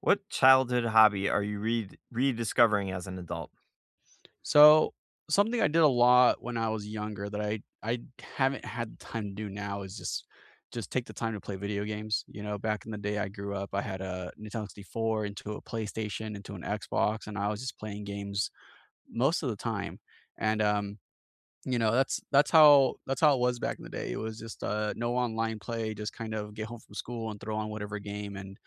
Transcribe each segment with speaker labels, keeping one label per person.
Speaker 1: What childhood hobby are you rediscovering as an adult?
Speaker 2: So, something I did a lot when I was younger that I haven't had the time to do now is just take the time to play video games. You know, back in the day I grew up, I had a Nintendo 64 into a PlayStation, into an Xbox, and I was just playing games most of the time. And you know That's how it was back in the day. It was just no online play, just kind of get home from school and throw on whatever game. And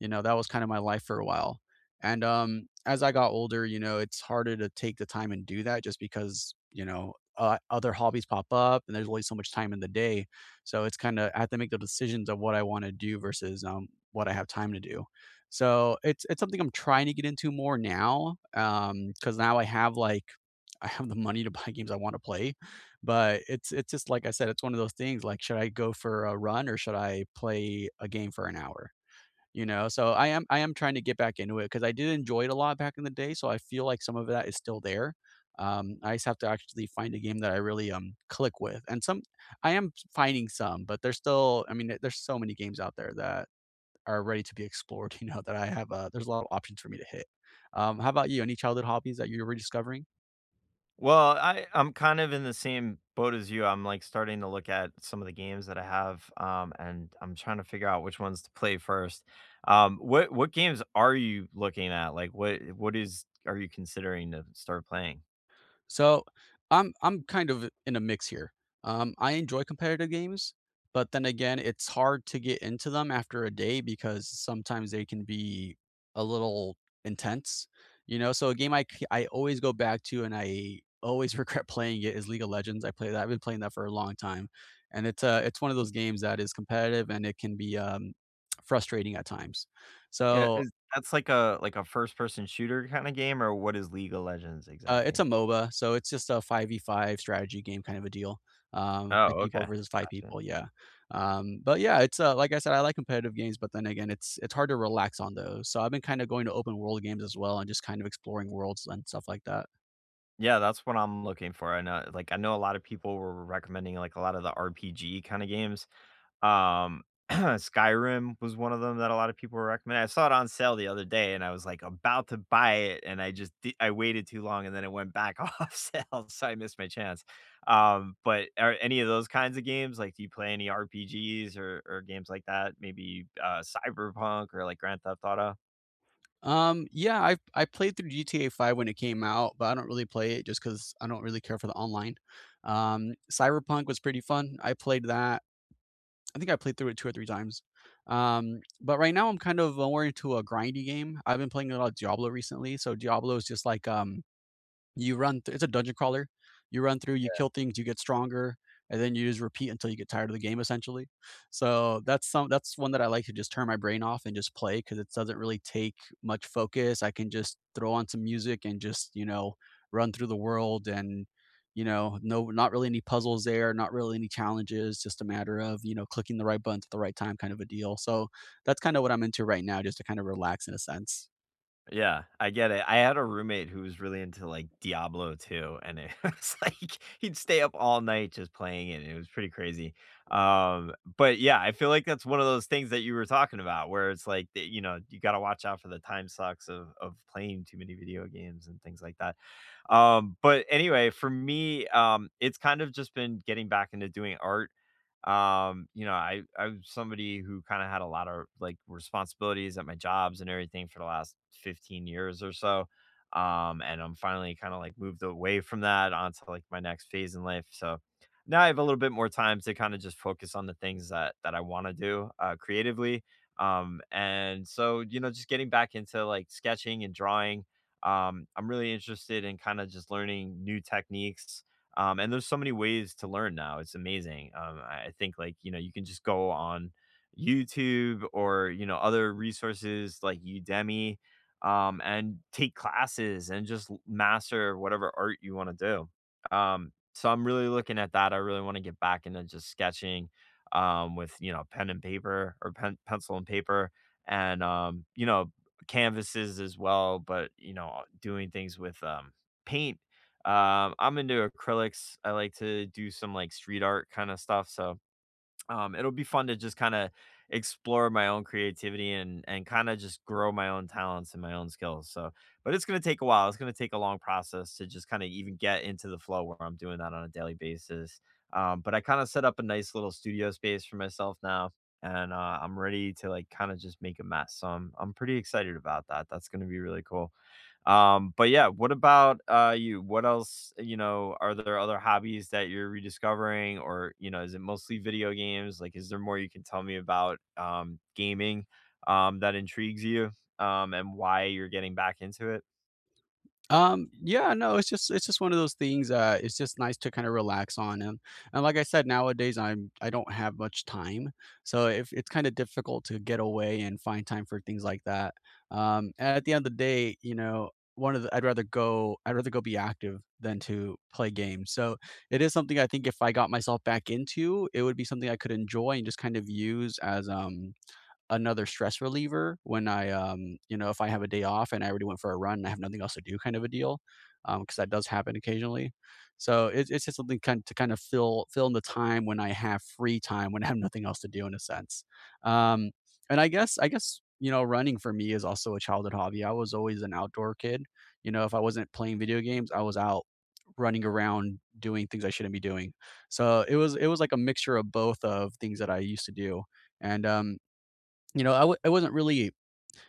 Speaker 2: you know That was kind of my life for a while. And As I got older, it's harder to take the time and do that just because other hobbies pop up and there's only so much time in the day. So it's kind of, I have to make the decisions of what I want to do versus what I have time to do. So it's something I'm trying to get into more now, because now I have like, I have the money to buy games I wanna play, but it's just like I said, it's one of those things, like, should I go for a run or should I play a game for an hour? You know? So, I am trying to get back into it because I did enjoy it a lot back in the day, so I feel like some of that is still there. I just have to actually find a game that I really, click with, and some I am finding some, but there's still, I mean, th there's so many games out there that are ready to be explored, you know, that I have, there's a lot of options for me to hit. How about you? Any childhood hobbies that you're rediscovering?
Speaker 1: Well, I'm kind of in the same boat as you. I'm like starting to look at some of the games that I have, and I'm trying to figure out which ones to play first. What games are you looking at? Like, what is are you considering to start playing?
Speaker 2: So I'm kind of in a mix here. I enjoy competitive games, but then again, it's hard to get into them after a day because sometimes they can be a little intense, you know. So a game I always go back to and I always regret playing it is League of Legends. I play that. I've been playing that for a long time, and it's one of those games that is competitive and it can be frustrating at times.
Speaker 1: Yeah,
Speaker 2: So
Speaker 1: is that's like a first person shooter kind of game, or what is League of Legends
Speaker 2: It's
Speaker 1: exactly?
Speaker 2: a MOBA, so it's just a 5v5 strategy game kind of a deal. 5
Speaker 1: Oh,
Speaker 2: people
Speaker 1: okay,
Speaker 2: versus 5
Speaker 1: gotcha.
Speaker 2: people, yeah. But yeah, it's, like I said, I like competitive games, but then again, it's hard to relax on those. So I've been kinda going to open world games as well and just kind of exploring worlds and stuff like that.
Speaker 1: Yeah, that's what I'm looking for. I know, like, I know a lot of people were recommending like a lot of the RPG kind of games. Um, Skyrim was one of them that a lot of people were recommending. I saw it on sale the other day, and I was like about to buy it, and I waited too long, and then it went back off sale, so I missed my chance. But are any of those kinds of games like, do you play any RPGs or games like that? Maybe Cyberpunk or like Grand Theft Auto.
Speaker 2: Yeah, I played through GTA 5 when it came out, but I don't really play it just 'cause I don't really care for the online. Cyberpunk was pretty fun. I played that. I think I played through it two or three times. But right now I'm kind of more into a grindy game. I've been playing a lot of Diablo recently, so Diablo is just like, you run th it's a dungeon crawler. You run through, you kill things, you get stronger, and then you just repeat until you get tired of the game, essentially. So that's one that I like to just turn my brain off and just play because it doesn't really take much focus. I can just throw on some music and just, you know, run through the world and, you know, not really any puzzles there, not really any challenges, just a matter of, you know, clicking the right buttons at the right time kind of a deal. So that's kinda what I'm into right now just to kind of relax in a sense.
Speaker 1: Yeah, I get it. I had a roommate who was really into, like, Diablo 2, and it was like he'd stay up all night just playing it, and it was pretty crazy. But yeah, I feel like that's one of those things that you were talking about where it's like that, you know, you gotta watch out for the time sucks of playing too many video games and things like that. But anyway, for me, it's kind of just been getting back into doing art. You know, I was somebody who kind of had a lot of like responsibilities at my jobs and everything for the last 15 years or so. And I'm finally kind of like moved away from that onto like my next phase in life, so now I have a little bit more time to kind of just focus on the things that I want to do creatively. And so, you know, just getting back into like sketching and drawing. I'm really interested in kind of just learning new techniques. And there's so many ways to learn now. It's amazing. I think, like, you know, you can just go on YouTube or, you know, other resources like Udemy, and take classes and just master whatever art you want to do. So I'm really looking at that. I really want to get back into just sketching, with, you know, pen and paper or pencil and paper and, you know, canvases as well, but, you know, doing things with, paint. I'm into acrylics. I like to do some like street art kind of stuff. So it'll be fun to just kind of explore my own creativity and kind of just grow my own talents and my own skills. So, but it's gonna take a while. It's gonna take a long process to just kind of even get into the flow where I'm doing that on a daily basis. But I kind of set up a nice little studio space for myself now, and I'm ready to like kind of just make a mess. So I'm pretty excited about that. That's gonna be really cool. But yeah, what about you? What else, you know, are there other hobbies that you're rediscovering or, you know, is it mostly video games? Like, is there more you can tell me about gaming that intrigues you and why you're getting back into it?
Speaker 2: Yeah, no, it's just one of those things, it's just nice to kinda relax on, and like I said, nowadays, I don't have much time, so if it's kinda difficult to get away and find time for things like that. And at the end of the day, you know, one of the I'd rather go be active than to play games, so it is something, I think, if I got myself back into, it would be something I could enjoy and just kind of use as, another stress reliever when I, you know, if I have a day off and I already went for a run and I have nothing else to do, kind of a deal, because that does happen occasionally. So it's just something kind to kind of fill in the time when I have free time, when I have nothing else to do in a sense. Um, and I guess you know running for me is also a childhood hobby. I was always an outdoor kid. You know, if I wasn't playing video games, I was out running around doing things I shouldn't be doing. So it was like a mixture of both of things that I used to do. And You know, I wasn't really,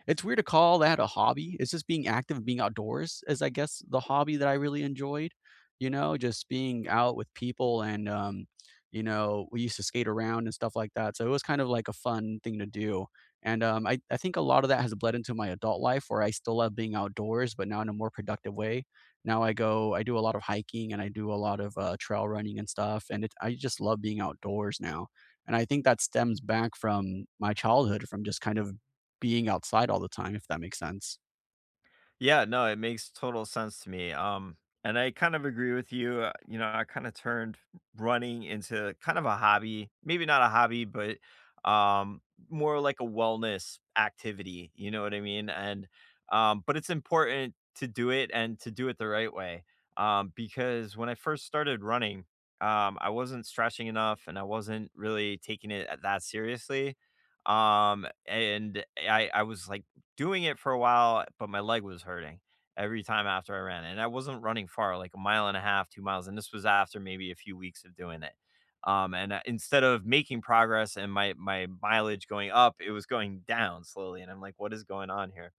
Speaker 2: it's weird to call that a hobby. It's just being active and being outdoors is, I guess, the hobby that I really enjoyed. You know, just being out with people and, you know, we used to skate around and stuff like that. So it was kind of like a fun thing to do. And I think a lot of that has bled into my adult life where I still love being outdoors, but now in a more productive way. Now I go, I do a lot of hiking and I do a lot of trail running and stuff. And I just love being outdoors now. And I think that stems back from my childhood, from just kind of being outside all the time, if that makes sense.
Speaker 1: Yeah, no, it makes total sense to me. And I kind of agree with you. You know, I kind of turned running into kind of a hobby, maybe not a hobby, but um, more like a wellness activity. You know what I mean? And but it's important to do it and to do it the right way. Because when I first started running, I wasn't stretching enough and I wasn't really taking it that seriously. I was like doing it for a while, but my leg was hurting every time after I ran, and I wasn't running far, like a mile and a half, 2 miles, and this was after maybe a few weeks of doing it. Instead of making progress and my mileage going up, it was going down slowly, and I'm like, "What is going on here?"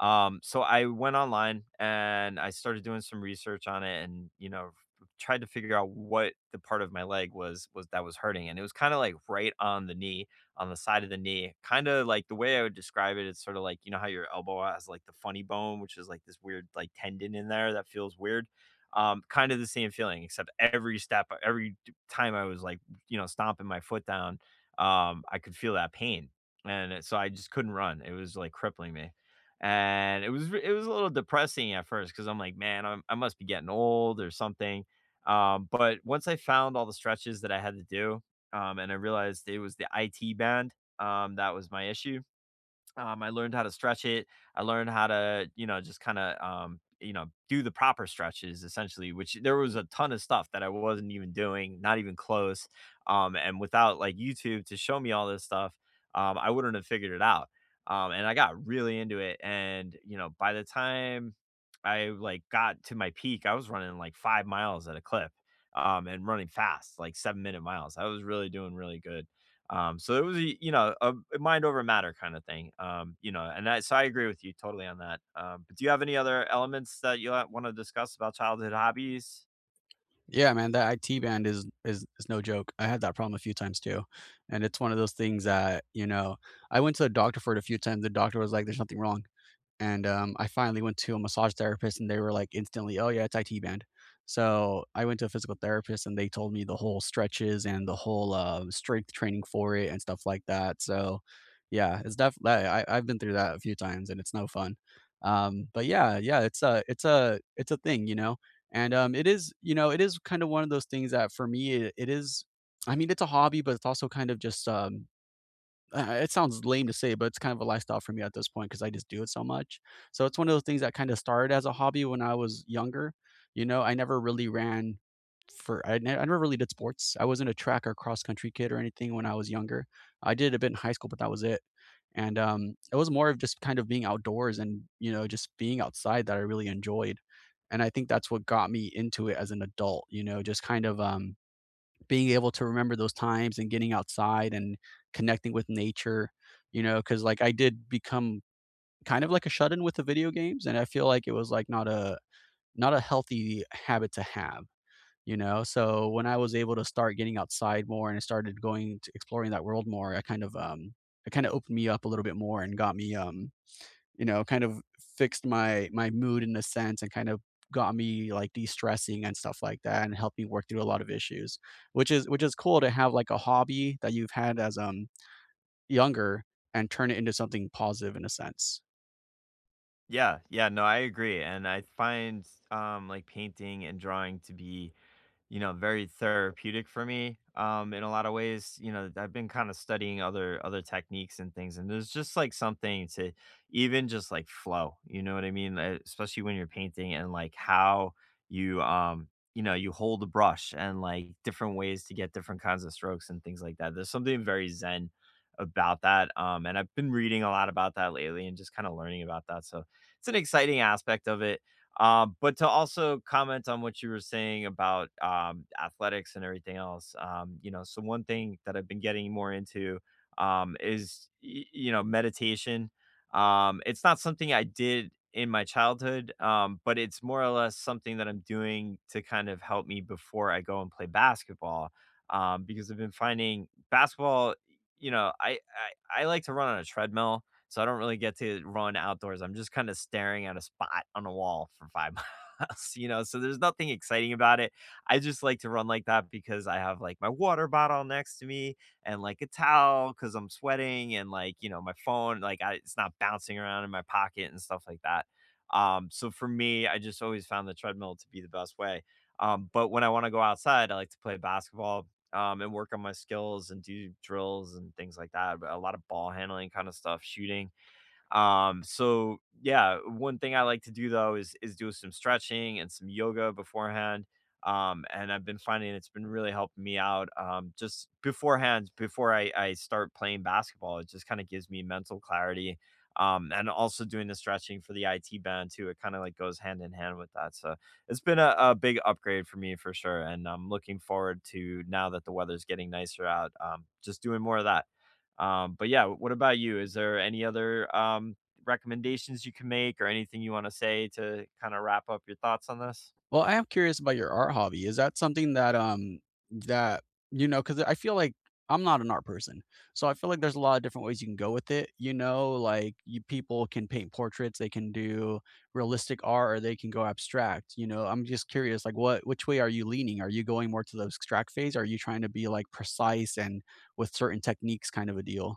Speaker 1: So I went online and I started doing some research on it and, you know, tried to figure out what the part of my leg was that was hurting. And it was kind of like right on the knee, on the side of the knee. Kind of like the way I would describe it, it's sort of like, you know how your elbow has like the funny bone, which is like this weird like tendon in there that feels weird. Kind of the same feeling, except every step, every time I was like, you know, stomping my foot down, I could feel that pain. So I just couldn't run. It was like crippling me. And it was a little depressing at first because 'cause I'm like, "Man, I must be getting old or something." But once I found all the stretches that I had to do, and I realized it was the IT band, that was my issue, I learned how to stretch it. I learned how to, you know, just kind of, you know, do the proper stretches essentially, which there was a ton of stuff that I wasn't even doing, not even close. And without like YouTube to show me all this stuff, I wouldn't have figured it out. And I got really into it. And, you know, by the time I like got to my peak, I was running like 5 miles at a clip, and running fast, like 7 minute miles. I was really doing really good. So it was, you know, a mind over matter kind of thing. You know, so I agree with you totally on that. But do you have any other elements that you want to discuss about childhood hobbies?
Speaker 2: Yeah, man, that IT band is no joke. I had that problem a few times too, and it's one of those things that you know I went to the doctor for it a few times. The doctor was like, "There's nothing wrong." And, I finally went to a massage therapist, and they were like instantly, "Oh, yeah, it's IT band." So I went to a physical therapist, and they told me the whole stretches and the whole, strength training for it and stuff like that. So, yeah, it's definitely, I've been through that a few times, and it's no fun. But yeah, yeah, it's a thing, you know? And, it is, you know, it is kind of one of those things that for me, it is, I mean, it's a hobby, but it's also kind of just, I it sounds lame to say, but it's kind of a lifestyle for me at this point because I just do it so much. So it's one of those things that kinda started as a hobby when I was younger. You know, I never really ran for I never really did sports. I wasn't a track or cross country kid or anything when I was younger. I did a bit in high school, but that was it. And, it was more of just kind of being outdoors and, you know, just being outside that I really enjoyed. And I think that's what got me into it as an adult, you know, just kind of, being able to remember those times and getting outside and connecting with nature, you know, because like I did become kind of like a shut in with the video games, and I feel like it was like not a healthy habit to have, you know. So when I was able to start getting outside more and I started going to exploring that world more, I kind of it kind of opened me up a little bit more and got me, you know, kind of fixed my my mood in a sense and kind of got me like de-stressing and stuff like that and helped me work through a lot of issues, which is cool to have like a hobby that you've had as younger and turn it into something positive in a sense.
Speaker 1: Yeah, yeah, no, I agree. And I find like painting and drawing to be, you know, very therapeutic for me, in a lot of ways. You know, I've been kind of studying other techniques and things, and there's just like something to even just like flow. You know what I mean? Especially when you're painting and like how you you know, you hold the brush and like different ways to get different kinds of strokes and things like that. There's something very zen about that. And I've been reading a lot about that lately and just kind of learning about that. So it's an exciting aspect of it. But to also comment on what you were saying about, athletics and everything else, you know, so one thing that I've been getting more into, is, y you know, meditation. It's not something I did in my childhood, but it's more or less something that I'm doing to kind of help me before I go and play basketball, because I've been finding basketball, you know, I I like to run on a treadmill, so I don't really get to run outdoors. I'm just kind of staring at a spot on a wall for 5 miles, you know? So there's nothing exciting about it. I just like to run like that because I have, like, my water bottle next to me and, like, a towel because 'cause I'm sweating and, like, you know, my phone, like, I it's not bouncing around in my pocket and stuff like that. So for me, I just always found the treadmill to be the best way. But when I wanna go outside, I like to play basketball and work on my skills and do drills and things like that. But a lot of ball handling kind of stuff, shooting. So yeah, one thing I like to do though is do some stretching and some yoga beforehand. And I've been finding it's been really helping me out. Just beforehand, before I start playing basketball, it just kind of gives me mental clarity. And also doing the stretching for the IT band too. It kind of like goes hand in hand with that. So it's been a big upgrade for me for sure. And I'm looking forward to now that the weather's getting nicer out, just doing more of that. But yeah, what about you? Is there any other recommendations you can make or anything you want to say to kind of wrap up your thoughts on this?
Speaker 2: Well, I am curious about your art hobby. Is that something that, that, you know? Because I feel like I'm not an art person. So I feel like there's a lot of different ways you can go with it. You know, like you people can paint portraits, they can do realistic art, or they can go abstract. You know, I'm just curious, like what which way are you leaning? Are you going more to the abstract phase? Are you trying to be like precise and with certain techniques kind of a deal?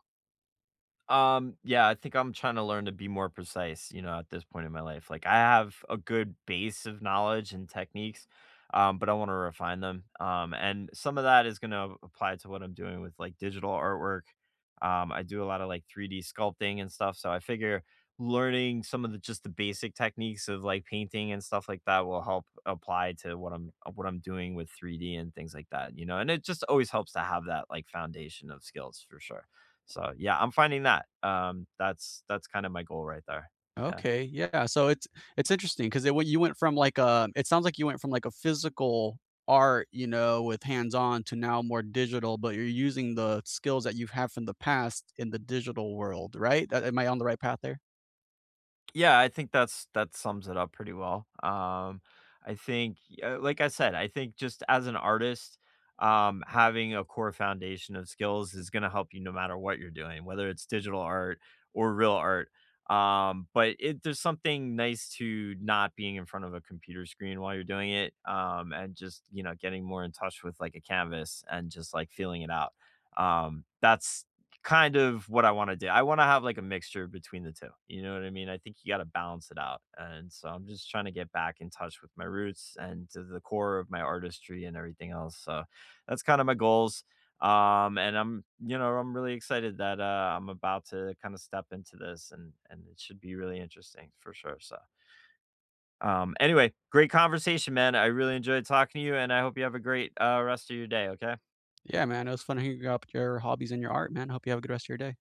Speaker 1: Yeah, I think I'm trying to learn to be more precise, you know, at this point in my life. Like I have a good base of knowledge and techniques, but I want to refine them. And some of that is going to apply to what I'm doing with like digital artwork. I do a lot of like 3D sculpting and stuff, so I figure learning some of the just the basic techniques of like painting and stuff like that will help apply to what I'm doing with 3D and things like that, you know. And it just always helps to have that like foundation of skills for sure. So yeah, I'm finding that. That's kind of my goal right there. Yeah.
Speaker 2: Okay, yeah, so it's interesting 'cause it went you went from like a it sounds like you went from like a physical art, you know, with hands-on to now more digital, but you're using the skills that you've had from the past in the digital world, right? A Am I on the right path there?
Speaker 1: Yeah, I think that's that sums it up pretty well. I think like I said, I think just as an artist, having a core foundation of skills is going to help you no matter what you're doing, whether it's digital art or real art. There's something nice to not being in front of a computer screen while you're doing it, and just, you know, getting more in touch with like a canvas and just like feeling it out. That's kind of what I wanna do. I wanna have, like, a mixture between the 2, you know what I mean? I think you gotta balance it out, and so I'm just trying to get back in touch with my roots and to the core of my artistry and everything else, so that's kinda my goals, and I'm, you know, I'm really excited that, I'm about to kinda step into this, and it should be really interesting for sure, so, anyway, great conversation, man. I really enjoyed talking to you, and I hope you have a great, rest of your day, okay?
Speaker 2: Yeah, man, it was fun hearing about your hobbies and your art, man. Hope you have a good rest of your day.